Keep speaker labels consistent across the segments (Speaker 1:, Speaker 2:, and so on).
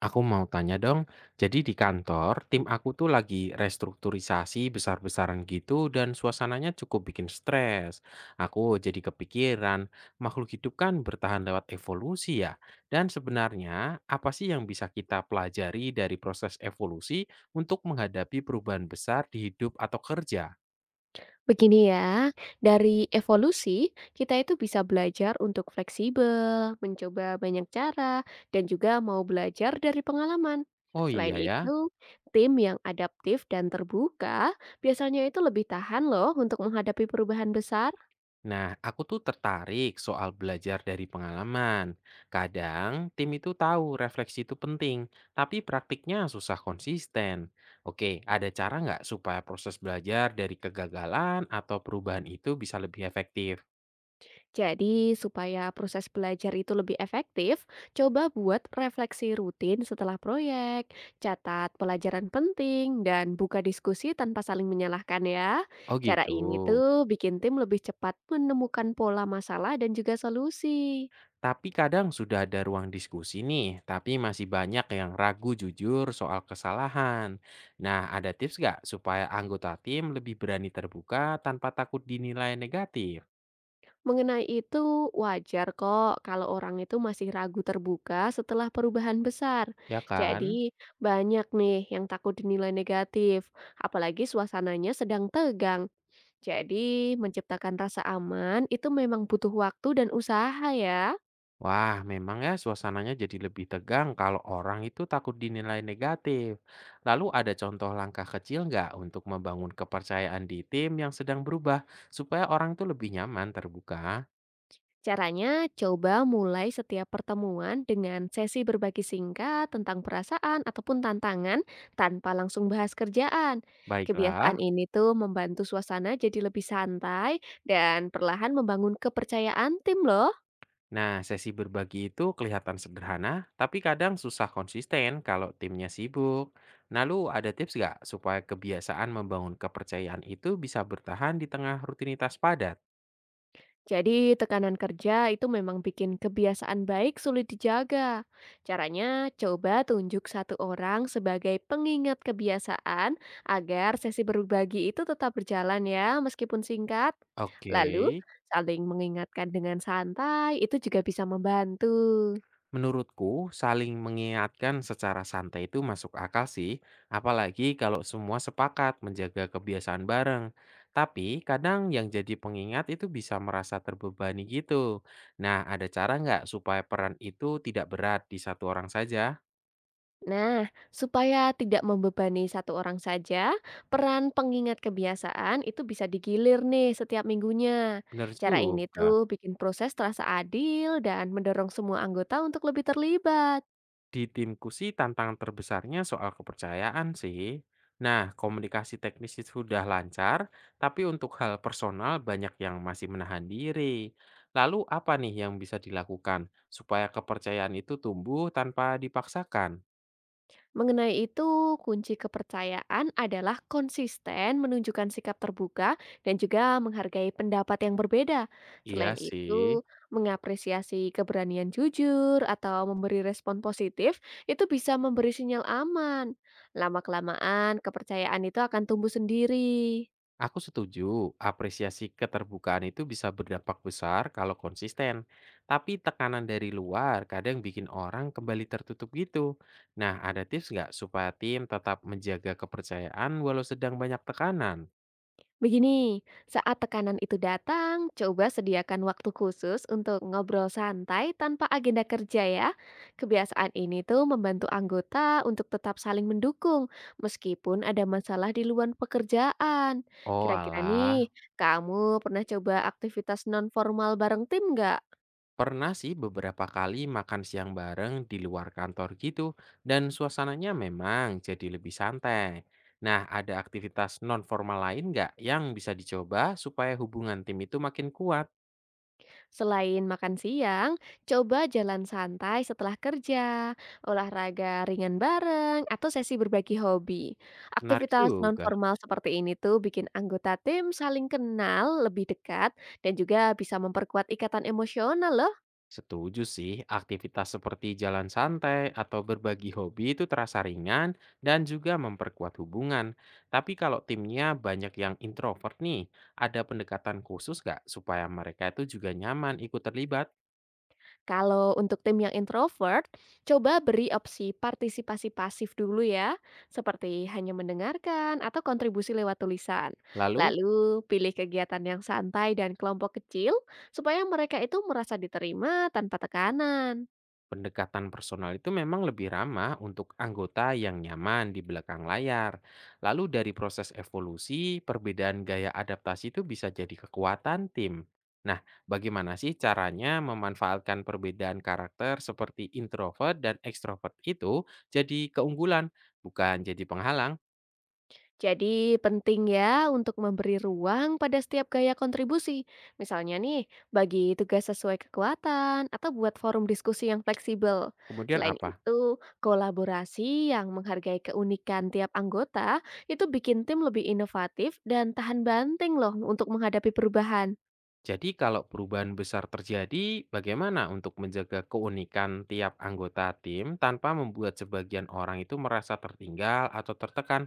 Speaker 1: Aku mau tanya dong, jadi di kantor, tim aku tuh lagi restrukturisasi besar-besaran gitu dan suasananya cukup bikin stres. Aku jadi kepikiran, makhluk hidup kan bertahan lewat evolusi ya. Dan sebenarnya, apa sih yang bisa kita pelajari dari proses evolusi untuk menghadapi perubahan besar di hidup atau kerja?
Speaker 2: Begini ya, dari evolusi kita itu bisa belajar untuk fleksibel, mencoba banyak cara, dan juga mau belajar dari pengalaman.
Speaker 1: Oh
Speaker 2: Selain
Speaker 1: iya ya.
Speaker 2: itu, tim yang adaptif dan terbuka biasanya itu lebih tahan loh untuk menghadapi perubahan besar.
Speaker 1: Nah, aku tuh tertarik soal belajar dari pengalaman. Kadang tim itu tahu refleksi itu penting, tapi praktiknya susah konsisten. Oke, ada cara nggak supaya proses belajar dari kegagalan atau perubahan itu bisa lebih efektif?
Speaker 2: Jadi, supaya proses belajar itu lebih efektif, coba buat refleksi rutin setelah proyek, catat pelajaran penting, dan buka diskusi tanpa saling menyalahkan ya.
Speaker 1: Oh
Speaker 2: Cara
Speaker 1: gitu.
Speaker 2: ini tuh bikin tim lebih cepat menemukan pola masalah dan juga solusi.
Speaker 1: Tapi kadang sudah ada ruang diskusi nih, tapi masih banyak yang ragu jujur soal kesalahan. Nah, ada tips nggak supaya anggota tim lebih berani terbuka tanpa takut dinilai negatif?
Speaker 2: Mengenai itu, wajar kok kalau orang itu masih ragu terbuka setelah perubahan besar.
Speaker 1: Ya kan?
Speaker 2: Jadi, banyak nih yang takut dinilai negatif, apalagi suasananya sedang tegang. Jadi, menciptakan rasa aman itu memang butuh waktu dan usaha ya.
Speaker 1: Wah, memang ya suasananya jadi lebih tegang kalau orang itu takut dinilai negatif. Lalu ada contoh langkah kecil nggak untuk membangun kepercayaan di tim yang sedang berubah supaya orang itu lebih nyaman terbuka?
Speaker 2: Caranya, coba mulai setiap pertemuan dengan sesi berbagi singkat tentang perasaan ataupun tantangan tanpa langsung bahas kerjaan.
Speaker 1: Baiklah.
Speaker 2: Kebiasaan ini tuh membantu suasana jadi lebih santai dan perlahan membangun kepercayaan tim loh.
Speaker 1: Nah, sesi berbagi itu kelihatan sederhana, tapi kadang susah konsisten kalau timnya sibuk. Lalu ada tips nggak supaya kebiasaan membangun kepercayaan itu bisa bertahan di tengah rutinitas padat?
Speaker 2: Jadi tekanan kerja itu memang bikin kebiasaan baik sulit dijaga. Caranya coba tunjuk satu orang sebagai pengingat kebiasaan agar sesi berbagi itu tetap berjalan ya meskipun singkat.
Speaker 1: Oke.
Speaker 2: Lalu saling mengingatkan dengan santai itu juga bisa membantu.
Speaker 1: Menurutku, saling mengingatkan secara santai itu masuk akal sih, apalagi kalau semua sepakat menjaga kebiasaan bareng. Tapi kadang yang jadi pengingat itu bisa merasa terbebani gitu. Nah, ada cara nggak supaya peran itu tidak berat di satu orang saja?
Speaker 2: Nah, supaya tidak membebani satu orang saja, peran pengingat kebiasaan itu bisa digilir nih setiap minggunya.
Speaker 1: Bener
Speaker 2: Cara ini tuh
Speaker 1: juga.
Speaker 2: bikin proses terasa adil dan mendorong semua anggota untuk lebih terlibat.
Speaker 1: Di timku sih tantangan terbesarnya soal kepercayaan sih. Nah, komunikasi teknis itu sudah lancar, tapi untuk hal personal banyak yang masih menahan diri. Lalu apa nih yang bisa dilakukan supaya kepercayaan itu tumbuh tanpa dipaksakan?
Speaker 2: Mengenai itu, kunci kepercayaan adalah konsisten menunjukkan sikap terbuka dan juga menghargai pendapat yang berbeda.
Speaker 1: Iya
Speaker 2: Selain
Speaker 1: sih.
Speaker 2: itu, mengapresiasi keberanian jujur atau memberi respon positif itu bisa memberi sinyal aman. Lama-kelamaan, kepercayaan itu akan tumbuh sendiri.
Speaker 1: Aku setuju, apresiasi keterbukaan itu bisa berdampak besar kalau konsisten. Tapi tekanan dari luar kadang bikin orang kembali tertutup gitu. Nah, ada tips nggak supaya tim tetap menjaga kepercayaan walau sedang banyak tekanan?
Speaker 2: Begini, saat tekanan itu datang, coba sediakan waktu khusus untuk ngobrol santai tanpa agenda kerja ya. Kebiasaan ini tuh membantu anggota untuk tetap saling mendukung meskipun ada masalah di luar pekerjaan.
Speaker 1: Oh
Speaker 2: Kira-kira nih,
Speaker 1: alah,
Speaker 2: kamu pernah coba aktivitas non formal bareng tim nggak?
Speaker 1: pernah sih beberapa kali makan siang bareng di luar kantor gitu. Dan suasananya memang jadi lebih santai. Nah, ada aktivitas non-formal lain nggak yang bisa dicoba supaya hubungan tim itu makin kuat?
Speaker 2: Selain makan siang, coba jalan santai setelah kerja, olahraga ringan bareng, atau sesi berbagi hobi.
Speaker 1: Menarik
Speaker 2: Aktivitas
Speaker 1: juga.
Speaker 2: nonformal seperti ini tuh bikin anggota tim saling kenal lebih dekat dan juga bisa memperkuat ikatan emosional loh.
Speaker 1: Setuju sih, aktivitas seperti jalan santai atau berbagi hobi itu terasa ringan dan juga memperkuat hubungan. Tapi kalau timnya banyak yang introvert nih, ada pendekatan khusus nggak supaya mereka itu juga nyaman ikut terlibat?
Speaker 2: Kalau untuk tim yang introvert, coba beri opsi partisipasi pasif dulu ya, seperti hanya mendengarkan atau kontribusi lewat tulisan.
Speaker 1: Lalu?
Speaker 2: Lalu pilih kegiatan yang santai dan kelompok kecil supaya mereka itu merasa diterima tanpa tekanan.
Speaker 1: Pendekatan personal itu memang lebih ramah untuk anggota yang nyaman di belakang layar. Lalu dari proses evolusi, perbedaan gaya adaptasi itu bisa jadi kekuatan tim. Nah, bagaimana sih caranya memanfaatkan perbedaan karakter seperti introvert dan ekstrovert itu jadi keunggulan, bukan jadi penghalang?
Speaker 2: Jadi penting ya untuk memberi ruang pada setiap gaya kontribusi. Misalnya nih, bagi tugas sesuai kekuatan atau buat forum diskusi yang fleksibel.
Speaker 1: Kemudian
Speaker 2: Selain
Speaker 1: apa?
Speaker 2: itu, kolaborasi yang menghargai keunikan tiap anggota itu bikin tim lebih inovatif dan tahan banting loh untuk menghadapi perubahan.
Speaker 1: Jadi kalau perubahan besar terjadi, bagaimana untuk menjaga keunikan tiap anggota tim tanpa membuat sebagian orang itu merasa tertinggal atau tertekan?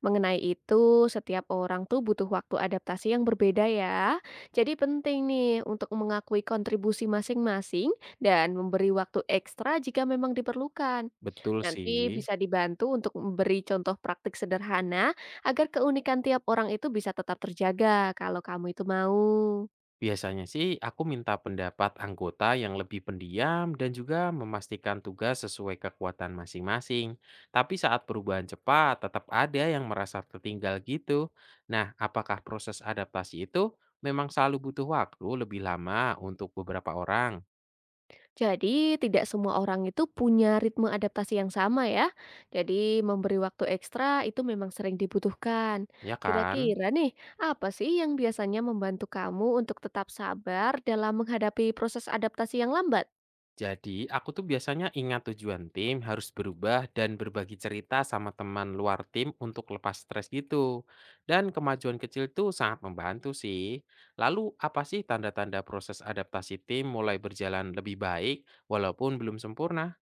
Speaker 2: Mengenai itu, setiap orang tuh butuh waktu adaptasi yang berbeda ya. Jadi penting nih untuk mengakui kontribusi masing-masing dan memberi waktu ekstra jika memang diperlukan.
Speaker 1: Betul sih.
Speaker 2: Nanti bisa dibantu untuk memberi contoh praktik sederhana agar keunikan tiap orang itu bisa tetap terjaga kalau kamu itu mau.
Speaker 1: Biasanya sih aku minta pendapat anggota yang lebih pendiam dan juga memastikan tugas sesuai kekuatan masing-masing. Tapi saat perubahan cepat, tetap ada yang merasa tertinggal gitu. Nah, apakah proses adaptasi itu memang selalu butuh waktu lebih lama untuk beberapa orang?
Speaker 2: Jadi, tidak semua orang itu punya ritme adaptasi yang sama ya. Jadi, memberi waktu ekstra itu memang sering dibutuhkan.
Speaker 1: Ya kan?
Speaker 2: Kira-kira nih, apa sih yang biasanya membantu kamu untuk tetap sabar dalam menghadapi proses adaptasi yang lambat?
Speaker 1: Jadi, aku tuh biasanya ingat tujuan tim harus berubah dan berbagi cerita sama teman luar tim untuk lepas stres gitu. Dan kemajuan kecil tuh sangat membantu sih. Lalu, apa sih tanda-tanda proses adaptasi tim mulai berjalan lebih baik walaupun belum sempurna?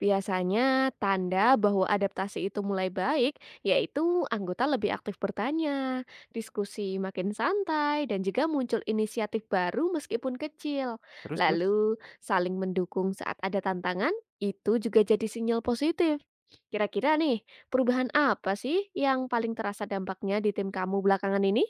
Speaker 2: Biasanya tanda bahwa adaptasi itu mulai baik, yaitu anggota lebih aktif bertanya, diskusi makin santai, dan juga muncul inisiatif baru meskipun kecil.
Speaker 1: Terus-terus?
Speaker 2: Lalu, saling mendukung saat ada tantangan, itu juga jadi sinyal positif. Kira-kira nih, perubahan apa sih yang paling terasa dampaknya di tim kamu belakangan ini?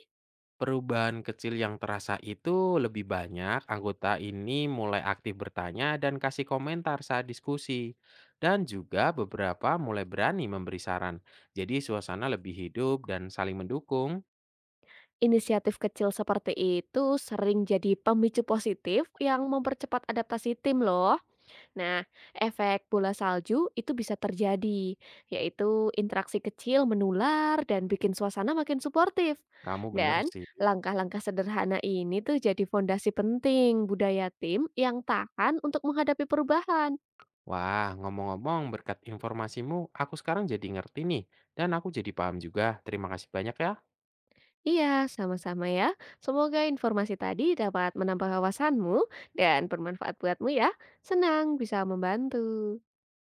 Speaker 1: Perubahan kecil yang terasa itu lebih banyak anggota ini mulai aktif bertanya dan kasih komentar saat diskusi. Dan juga beberapa mulai berani memberi saran. Jadi suasana lebih hidup dan saling mendukung.
Speaker 2: Inisiatif kecil seperti itu sering jadi pemicu positif yang mempercepat adaptasi tim loh. Nah, efek bola salju itu bisa terjadi, yaitu interaksi kecil menular dan bikin suasana makin suportif.
Speaker 1: Kamu bener
Speaker 2: Dan
Speaker 1: sih.
Speaker 2: langkah-langkah sederhana ini tuh jadi fondasi penting budaya tim yang tahan untuk menghadapi perubahan.
Speaker 1: Wah, ngomong-ngomong berkat informasimu, aku sekarang jadi ngerti nih. Dan aku jadi paham juga. Terima kasih banyak ya.
Speaker 2: Iya, sama-sama ya. Semoga informasi tadi dapat menambah wawasanmu dan bermanfaat buatmu ya. Senang bisa membantu.